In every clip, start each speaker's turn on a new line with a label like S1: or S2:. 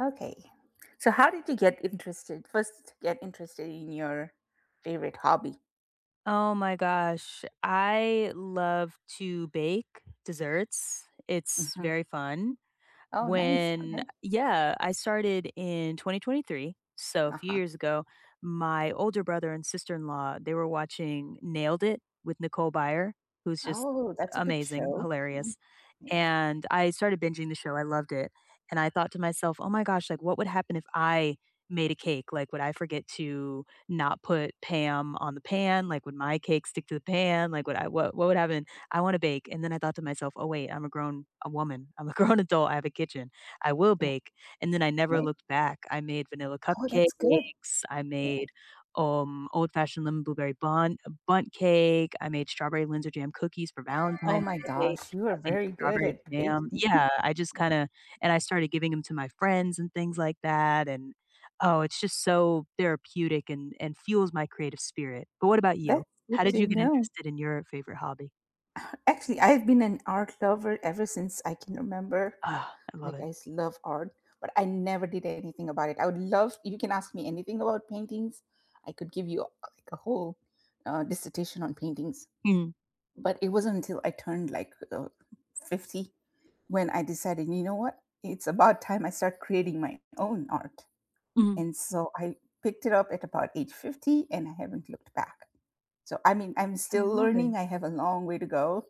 S1: Okay. So how did you get interested? First, get interested in your favorite hobby.
S2: Oh my gosh. I love to bake desserts. It's
S1: Hmm.
S2: very fun.
S1: Oh, nice. Okay.
S2: I started in 2023. So a
S1: Uh
S2: few
S1: huh.
S2: years ago, my older brother and sister in law, they were watching Nailed It with Nicole Byer, who's just
S1: Oh, that's a good
S2: amazing,
S1: show. Mm,
S2: hilarious.
S1: yeah.
S2: And I started binging the show, I loved it, and I thought to myself, "Oh my gosh, like, what would happen if I made a cake? Like, would I forget to not put Pam on the pan? Like, would my cake stick to the pan? Like, would I what would happen? I wanna bake." And then I thought to myself, "Oh, wait, I'm a grown a woman. I'm a grown adult, I have a kitchen. I will
S1: Yeah.
S2: bake." And then I never
S1: Right.
S2: looked back. I made vanilla
S1: Oh, that's good.
S2: cupcakes,
S1: Yeah.
S2: old-fashioned lemon blueberry bunt cake, I made strawberry Linzer jam cookies for
S1: Oh
S2: Valentine's
S1: my
S2: Day,
S1: gosh, you are
S2: I made
S1: very good
S2: strawberry
S1: at
S2: jam.
S1: baking.
S2: Yeah, I just kinda and I started giving them to my friends and things like that, and, oh, it's just so therapeutic and fuels my creative spirit. But what about you?
S1: That's good
S2: How did you
S1: to
S2: get
S1: know.
S2: interested in your favorite hobby?
S1: Actually, I've been an art lover ever since I can remember.
S2: Ah, I love it.
S1: Love art, but I never did anything about it. I would love you can ask me anything about paintings. I could give you like a whole dissertation on paintings.
S2: Mm,
S1: But it wasn't until I turned like 50 when I decided, you know what? It's about time I start creating my own art.
S2: mhm.
S1: And so I picked it up at about age 50 and I haven't looked back. So I mean, I'm
S2: I
S1: still
S2: love it.
S1: learning. I have a long way to go,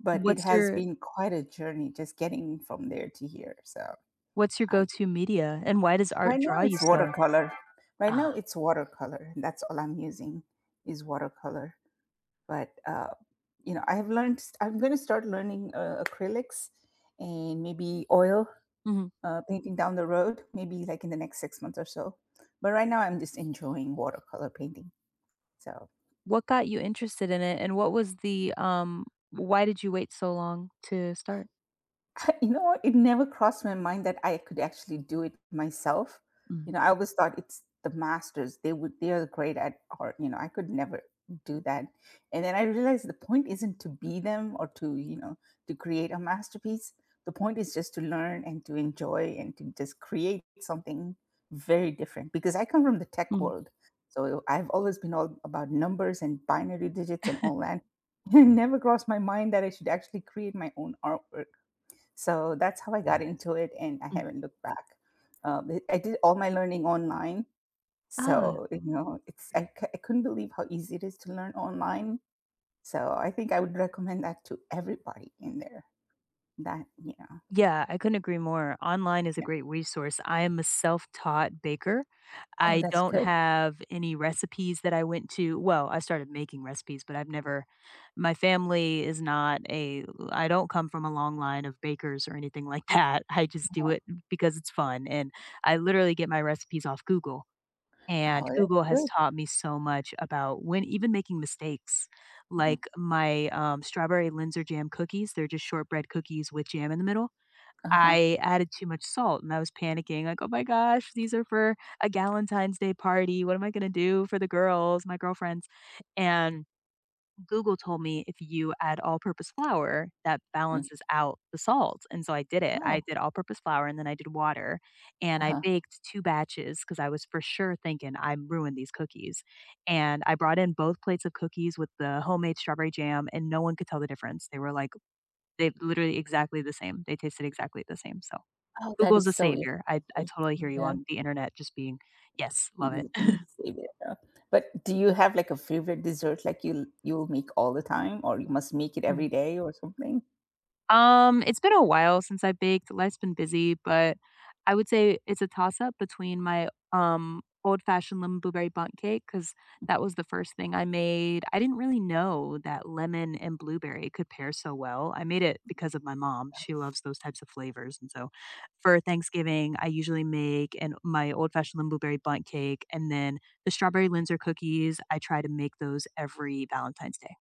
S1: but it
S2: What's
S1: has
S2: your
S1: been quite a journey just getting from there to here. So
S2: what's your
S1: I
S2: go-to media, and why does art
S1: right now
S2: draw you
S1: it's
S2: so?
S1: watercolor. Right
S2: Ah,
S1: now it's watercolor. That's all I'm using is watercolor. But you know, I have learned. I'm going to start learning acrylics and maybe oil
S2: mhm.
S1: painting down the road. Maybe like in the next 6 months or so. But right now I'm just enjoying watercolor painting. So
S2: What got you interested in it, and what was why did you wait so long to start?
S1: you know what? It never crossed my mind that I could actually do it myself.
S2: Mm,
S1: You know, I always thought it's the masters. They are great at art. You know, I could never do that. And then I realized the point isn't to be them or to, you know, to create a masterpiece. The point is just to learn and to enjoy and to just create something very different because I come from the tech
S2: mhm,
S1: world. So I've always been all about numbers and binary digits and all that. It never crossed my mind that I should actually create my own artwork, so that's how I got into it, and I
S2: mm.
S1: haven't looked back. I did all my learning online,
S2: Ah.
S1: so you know, it's I couldn't believe how easy it is to learn online. So I think I would recommend that to everybody in there. That you know,
S2: Yeah, I couldn't agree more. Online is a
S1: yeah.
S2: great resource. I am a self-taught baker.
S1: Oh,
S2: I
S1: that's
S2: don't
S1: good.
S2: have any recipes that I went to well, I started making recipes, but I've never my family is not a I don't come from a long line of bakers or anything like that. I just do
S1: Uh-huh.
S2: it because it's fun, and I literally get my recipes off Google, and
S1: Oh, that's
S2: Google has
S1: good.
S2: taught me so much about when even making mistakes. Like, strawberry Linzer jam cookies, they're just shortbread cookies with jam in the middle.
S1: Uh huh.
S2: I added too much salt and I was panicking like, "Oh my gosh, these are for a Galentine's Day party. What am I going to do for the girls, my girlfriends?" And Google told me if you add all-purpose flour, that
S1: Mm.
S2: balances out the salt. And so I did it. I
S1: Oh,
S2: did all-purpose flour and then I did water and
S1: uh
S2: I
S1: huh.
S2: baked two batches because I was for sure thinking I ruined these cookies. And I brought in both plates of cookies with the homemade strawberry jam and no one could tell the difference. They were like they literally exactly the same. They tasted exactly the same. So
S1: Oh, that
S2: Google's
S1: is
S2: a
S1: so
S2: savior. I
S1: impressive.
S2: totally hear you
S1: Yeah,
S2: on the internet just being yes, love it.
S1: because you save it. But do you have like a favorite dessert, like you'll make all the time, or you must make it every day or something?
S2: It's been a while since I baked. Life's been busy, but I would say it's a toss up between my old fashioned lemon blueberry bundt cake because that was the first thing I made. I didn't really know that lemon and blueberry could pair so well. I made it because of my mom. She loves those types of flavors, and so for Thanksgiving, I usually make and my old fashioned lemon blueberry bundt cake, and then the strawberry Linzer cookies. I try to make those every Valentine's Day.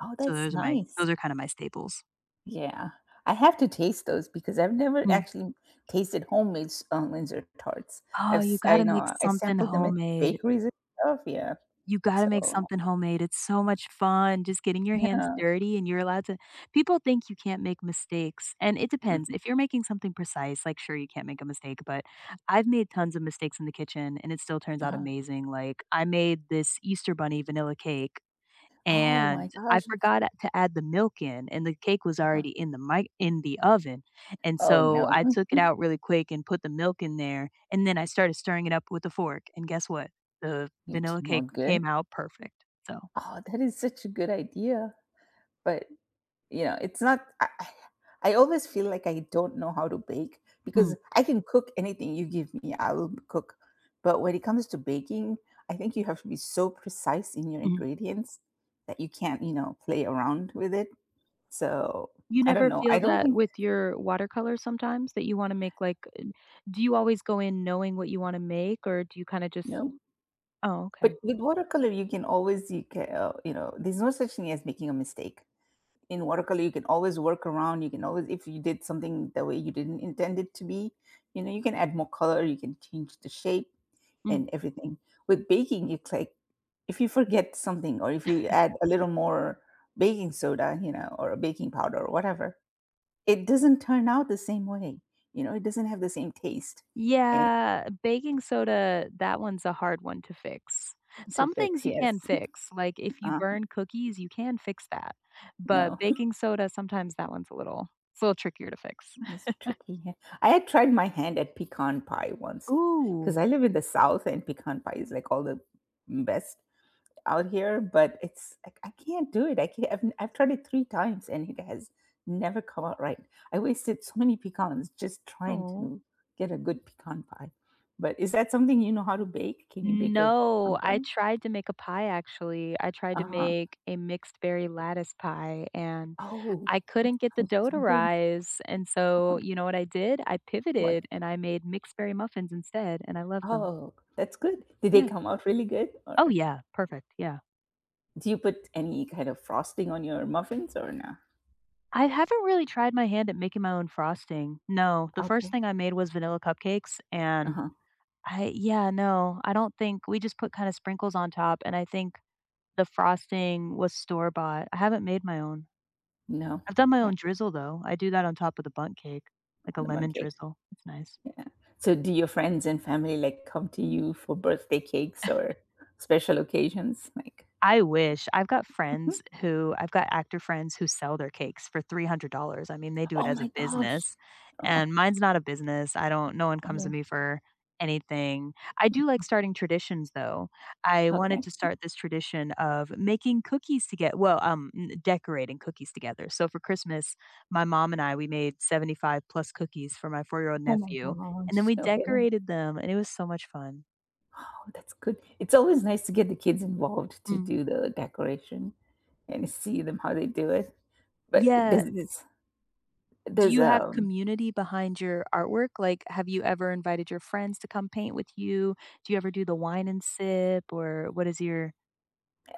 S1: Oh,
S2: So
S1: that's nice.
S2: those are kind of my staples.
S1: Yeah. I have to taste those because I've never actually tasted homemade Windsor tarts.
S2: Oh, you
S1: I
S2: gotta make
S1: know I
S2: something
S1: sampled them at
S2: homemade.
S1: bakeries and stuff. Yeah.
S2: You gotta make
S1: So
S2: something homemade. It's so much fun just getting your hands
S1: yeah.
S2: dirty and you're allowed to people think you can't make mistakes, and it depends.
S1: Mhm.
S2: If you're making something precise, like, sure, you can't make a mistake, but I've made tons of mistakes in the kitchen, and it still turns out
S1: Uh-huh.
S2: amazing. Like, I made this Easter bunny vanilla cake
S1: Oh my
S2: and I
S1: gosh.
S2: forgot to add the milk in, and the cake was
S1: Uh-huh.
S2: already in the oven, and
S1: Oh
S2: so
S1: no,
S2: I took it out really quick and put the milk in there, and then I started stirring it up with a fork, and guess what? The
S1: you
S2: vanilla
S1: came
S2: cake
S1: out
S2: came
S1: good.
S2: out perfect, so
S1: Oh, that is such a good idea. But you know, it's not I I always feel like I don't know how to bake
S2: mm,
S1: because I can cook anything you give me, I will cook. But when it comes to baking, I think you have to be so precise in your
S2: mhm.
S1: ingredients that you can't, you know, play around with it. So,
S2: You
S1: I don't
S2: never
S1: know. I
S2: feel
S1: don't
S2: that
S1: think
S2: with your watercolors sometimes that you wanna make, do you always go in knowing what you wanna make, or do you kinda just
S1: no.
S2: Oh, okay.
S1: But with watercolor, you can always you know, there's no such thing as making a mistake. In watercolor, you can always work around. You can always, if you did something the way you didn't intend it to be, you know, you can add more color, you can change the shape
S2: Mm.
S1: and everything. With baking, it's like if you forget something or if you add a little more baking soda, you know, or a baking powder or whatever, it doesn't turn out the same way. You know, it doesn't have the same taste eh,
S2: Yeah, baking soda, that one's a hard one to fix.
S1: to
S2: Some things
S1: fix.
S2: you can
S1: Yes.
S2: fix, like if you
S1: Uh,
S2: burn cookies, you can fix that. But
S1: no,
S2: baking soda, sometimes that one's a little it's a little trickier to fix.
S1: it's tricky. Yeah. I had tried my hand at pecan pie once
S2: Ooh.
S1: because I live in the South and pecan pie is like all the best out here, but it's like I can't do it. I can't. I've tried it three times and it has never come out right. I wasted so many pecans just trying
S2: Oh.
S1: to get a good pecan pie. But is that something you know how to bake? Can you bake a pecan
S2: No, I
S1: pie?
S2: tried to make a pie actually. I tried
S1: Uh
S2: to
S1: huh.
S2: make a mixed berry lattice pie and
S1: Oh,
S2: I couldn't get the
S1: that's
S2: dough
S1: so
S2: to
S1: good.
S2: rise. And so,
S1: Uh-huh.
S2: you know what I did? I
S1: What?
S2: pivoted and I made mixed berry muffins instead, and I love them.
S1: Oh, that's good. Did they
S2: Yeah.
S1: come out really good, or
S2: Oh yeah, perfect. Yeah.
S1: do you put any kind of frosting on your muffins or no?
S2: I haven't really tried my hand at making my own frosting. No, the first
S1: Okay.
S2: thing I made was vanilla cupcakes,
S1: Uh
S2: and
S1: huh.
S2: no, I don't think we just put kinda sprinkles on top, and I think the frosting was store-bought. I haven't made my own.
S1: No.
S2: I've done my own
S1: Okay.
S2: drizzle, though. I do that on top of the bundt cake, like a
S1: On the mug.
S2: lemon drizzle. It's nice.
S1: Yeah. So do your friends and family, like, come to you for birthday cakes or special occasions? Like,
S2: I wish. I've got actor friends who sell their cakes for $300. I mean, they do it
S1: "Oh
S2: as a
S1: my gosh."
S2: business,
S1: Oh,
S2: and mine's not a business. I don't No one comes to
S1: okay.
S2: me for anything. I do like starting traditions, though. I wanted
S1: Okay.
S2: to start this tradition of making cookies toget well, n decorating cookies together. So for Christmas, my mom and I, we made 75 plus cookies for my 4 year-old
S1: "Oh my
S2: nephew, and then
S1: gosh."
S2: we
S1: Okay.
S2: decorated them, and it was so much fun.
S1: Oh, that's good. It's always nice to get the kids involved to
S2: Mm.
S1: do the decoration and see them how they do it. But
S2: Yes. Do
S1: does,
S2: you have
S1: um
S2: community behind your artwork? Like, have you ever invited your friends to come paint with you? Do you ever do the wine and sip, or what is your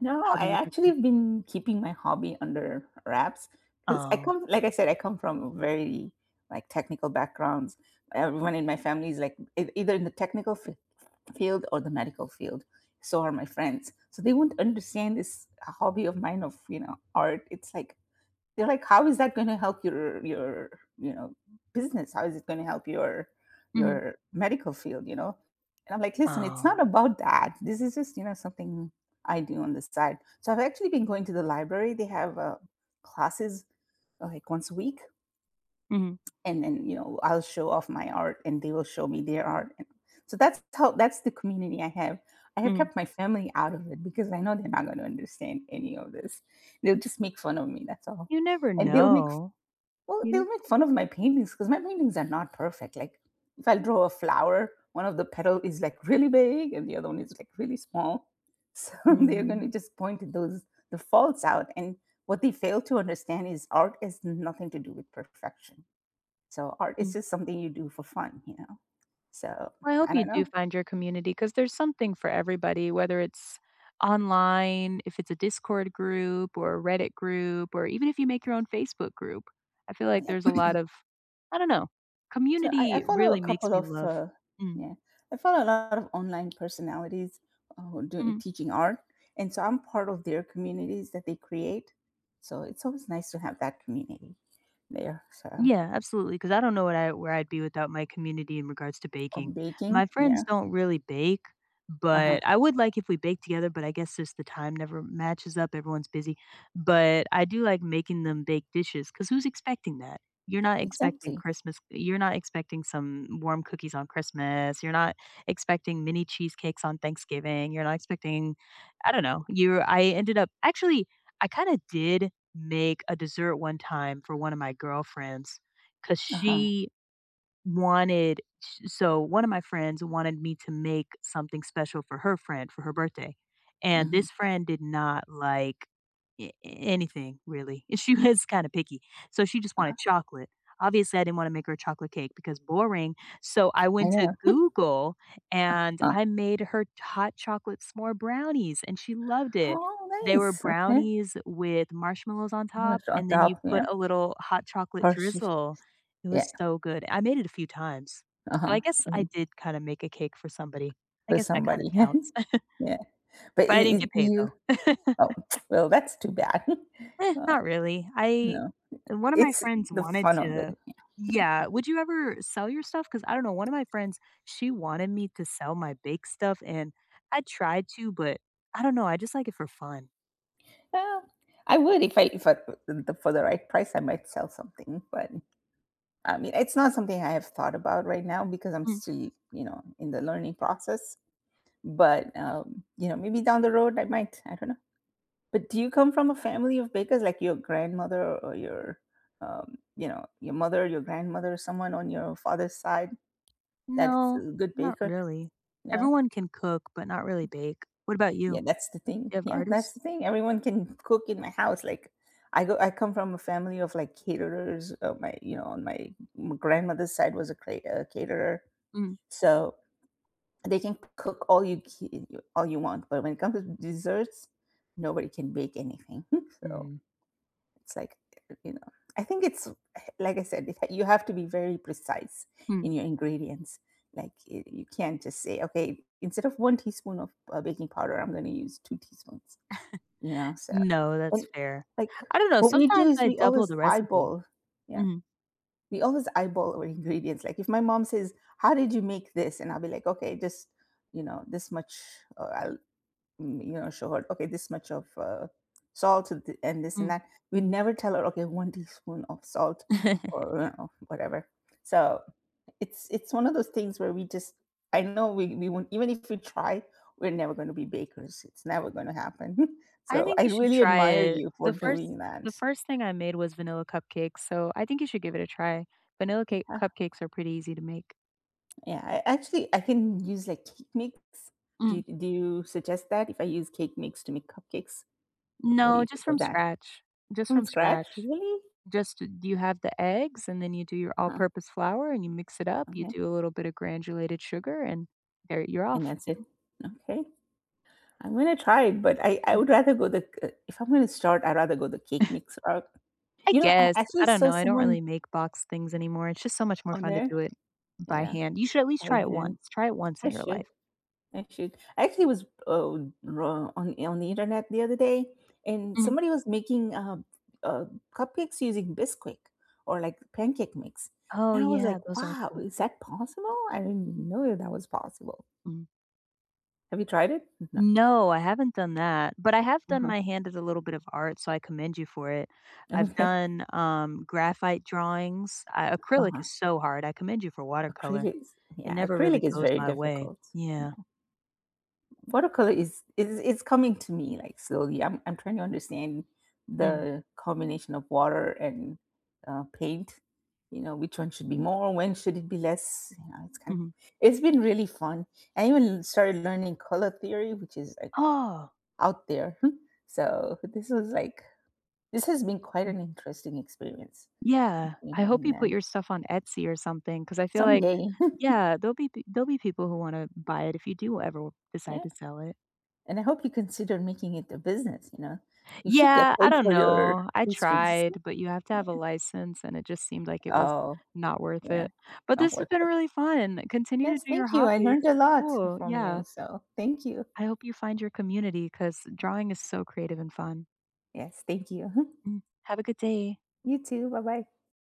S1: no,
S2: hobby
S1: I
S2: look like with
S1: actually
S2: that?
S1: have been keeping my hobby under wraps because I
S2: Oh.
S1: come, like I said, I come from a very like technical backgrounds. Everyone in my family is like either in the technical field or the medical field. So are my friends. So they won't understand this hobby of mine of you know art. It's like they're like how is that going to help your you know business, how is it going to help
S2: Mhm.
S1: your medical field, you know. And I'm like listen, it's
S2: Oh.
S1: not about that, this is just you know something I do on the side. So I've actually been going to the library. They have classes like once a week,
S2: Mhm.
S1: and then you know I'll show off my art and they will show me their art. And so that's how that's the community I have. I have
S2: Mhm.
S1: kept my family out of it because I know they're not going to understand any of this. They'll just make fun of me, that's all.
S2: You never
S1: And they'll make
S2: know.
S1: Well,
S2: You
S1: they'll
S2: know?
S1: make fun of my paintings because my paintings are not perfect. Like, if I draw a flower, one of the petal is like really big and the other one is like really small. So they're going
S2: Mhm.
S1: to just point to those the faults out. And what they fail to understand is art has nothing to do with perfection. So art is
S2: Mhm.
S1: just something you do for fun, you know. So
S2: Well, I hope
S1: I
S2: you
S1: don't
S2: do
S1: know.
S2: find your community because there's something for everybody, whether it's online, if it's a Discord group or a Reddit group, or even if you make your own Facebook group. I feel
S1: Oh,
S2: like
S1: yeah.
S2: there's a lot of I don't know,
S1: So I
S2: community
S1: follow a
S2: really makes
S1: couple
S2: me
S1: of
S2: love Mm,
S1: yeah, I follow a lot of online personalities who are doing
S2: mhm.
S1: teaching art, and so I'm part of their communities that they create. So it's always nice to have that community there. So
S2: Yeah, absolutely. Because I don't know what I where I'd be without my community in regards to baking.
S1: of
S2: My
S1: baking,
S2: friends
S1: yeah,
S2: don't really bake,
S1: uh huh,
S2: but I would like if we bake together, but I guess just the time never matches up, everyone's busy, but I do like making them bake dishes Because who's expecting that?
S1: exactly,
S2: You're not expecting some warm cookies on Christmas, you're not expecting mini cheesecakes on Thanksgiving, you're not expecting I don't know, you I ended up actually, I kinda did make a dessert one time for one of my girlfriends because
S1: uh huh.
S2: she wanted so one of my friends wanted me to make something special for her friend for her birthday, and
S1: Hmm.
S2: this friend did not like a anything really, she was kinda picky, so she just wanted chocolate. Obviously, I didn't wanna make her a chocolate cake because boring, so
S1: I
S2: I went to
S1: know.
S2: Google and
S1: Huh.
S2: I made her hot chocolate s'more brownies, and she loved it.
S1: Oh,
S2: They were
S1: nice. Okay,
S2: brownies with marshmallows on
S1: I'm gonna
S2: top, and
S1: shut
S2: then you
S1: up. Yeah,
S2: put a little hot chocolate
S1: Hershey.
S2: drizzle it
S1: Yeah,
S2: was so good. I made it a few times.
S1: uh
S2: So
S1: huh.
S2: I guess I did kinda make a cake for somebody. I
S1: For
S2: guess that kind of
S1: somebody.
S2: counts.
S1: Yeah, but
S2: But I didn't
S1: it,
S2: get
S1: it,
S2: paid
S1: you.
S2: though.
S1: Oh, well, that's too bad.
S2: Eh,
S1: uh,
S2: not really. I
S1: no.
S2: one of my
S1: It's
S2: friends
S1: the
S2: wanted
S1: fun of it.
S2: to Yeah, would you ever sell your stuff? Because I don't know, one of my friends, she wanted me to sell my bake stuff, and I tried to, but I don't know, I just like it for fun.
S1: Well, I would if I the for the right price, I might sell something, but I mean, it's not something I have thought about right now because I'm
S2: Mm,
S1: still, you know, in the learning process. But you know, maybe down the road I might. I don't know. But do you come from a family of bakers, like your grandmother or your, you know, your mother, your grandmother, someone on your father's side that's
S2: no,
S1: a good
S2: not
S1: baker?
S2: really.
S1: No.
S2: Everyone can cook, but not really bake. What about you?
S1: Yeah, that's the thing.
S2: Do you have
S1: Yeah,
S2: artists?
S1: that's the thing. Everyone can cook in my house. Like, I go. I come from a family of like caterers. My, you know, on my grandmother's side was a, a caterer,
S2: Mm,
S1: so they can cook all all you want. But when it comes to desserts, nobody can bake anything. So
S2: mm.
S1: it's like, you know, I think it's like I said, it, you have to be very precise
S2: Hmm.
S1: in your ingredients. Like, you can't just say, okay, instead of one teaspoon of baking powder, I'm going to use two teaspoons, you know. So
S2: No, that's
S1: and,
S2: fair.
S1: like,
S2: I don't know,
S1: what we do
S2: sometimes
S1: is
S2: I
S1: we
S2: double
S1: always
S2: the recipe.
S1: eyeball, yeah,
S2: Mhm,
S1: we always eyeball our ingredients, like, if my mom says, "How did you make this?" And I'll be like, "Okay, just, you know, this much, uh, I'll you know, show her, okay, this much of salt and and this and
S2: mm.
S1: that. We never tell her, okay, one teaspoon of salt or you know, whatever." So it's one of those things where we just, I know we won't, even if we try, we're never going to be bakers. It's never going to happen.
S2: I
S1: So
S2: think
S1: I
S2: you should
S1: really
S2: try
S1: admire
S2: it.
S1: you for doing
S2: The
S1: that.
S2: first thing I made was vanilla cupcakes, so I think you should give it a try. Vanilla cake
S1: Yeah,
S2: cupcakes are pretty easy to make.
S1: yeah. I actually I can use like cake mix.
S2: Mm.
S1: Do you suggest that if I use cake mix to make cupcakes? What do
S2: No,
S1: you
S2: just
S1: think
S2: from
S1: of that?
S2: scratch, just
S1: From
S2: from
S1: scratch,
S2: scratch.
S1: really?
S2: Just you have the eggs, and then you do your all-purpose flour, and you mix it up, you
S1: Okay,
S2: do a little bit of granulated sugar, and there you're
S1: and
S2: off.
S1: that's it? Okay. I'm gonna try it, but I would rather go the c if I'm gonna start, I'd rather go the cake mix route.
S2: I
S1: You know, I
S2: guess.
S1: actually
S2: I don't
S1: saw
S2: know. I don't
S1: someone
S2: really make box things anymore. It's just so much more
S1: on
S2: fun to
S1: there
S2: do it by
S1: yeah,
S2: hand. You should at least
S1: I
S2: try it
S1: hand.
S2: once. Try it once
S1: I
S2: in your life.
S1: should, I should. I actually was, ro on the internet the other day, and
S2: Mhm.
S1: somebody was making, uh, cupcakes using Bisquick or, like, pancake mix,
S2: Oh,
S1: and I was
S2: yeah,
S1: like,
S2: those are
S1: "Wow,
S2: cool.
S1: is that possible? I didn't know that was possible."
S2: Mm.
S1: Have you tried it? No.
S2: No, I haven't done that, but I have done
S1: Uh-huh.
S2: my hand as a little bit of art, so I commend you for it.
S1: Okay.
S2: Graphite drawings. I acrylic
S1: Uh-huh.
S2: is so hard. I commend you for watercolor. It
S1: Yeah,
S2: never
S1: acrylic
S2: really
S1: is
S2: goes
S1: very
S2: my way.
S1: difficult.
S2: Yeah.
S1: Yeah, watercolor is it's coming to me like slowly. I'm trying to understand
S2: Mm,
S1: the combination of water and paint. You know, which one should be more, when should it be less? You know, it's kind of
S2: mhm.
S1: it's been really fun. I even started learning color theory, which is like
S2: Oh,
S1: out there. So this was like this has been quite
S2: mm,
S1: an interesting experience.
S2: yeah.
S1: You
S2: I
S1: know,
S2: hope
S1: and
S2: you put
S1: then
S2: your stuff on Etsy or something because I feel like
S1: someday,
S2: There'll be people who wanna buy it if you do ever decide
S1: yeah.
S2: to sell it.
S1: And I hope you consider making it a business, you know? You should
S2: Yeah,
S1: get
S2: I
S1: paid
S2: don't
S1: for your
S2: know. I
S1: pastries.
S2: tried, but you have to have a
S1: Yeah.
S2: license, and it just seemed like it was
S1: Oh,
S2: not worth
S1: yeah.
S2: it. But
S1: Not
S2: this has
S1: worth
S2: been
S1: it.
S2: really fun. Continue to
S1: Yes,
S2: do your
S1: thank you. I
S2: hobby.
S1: learned
S2: It's
S1: a
S2: so
S1: lot
S2: cool.
S1: from
S2: Yeah.
S1: you, so thank you.
S2: I hope you find your community because drawing is so creative and fun.
S1: Yes, thank you.
S2: Mm. Have a good day.
S1: You too. Bye-bye.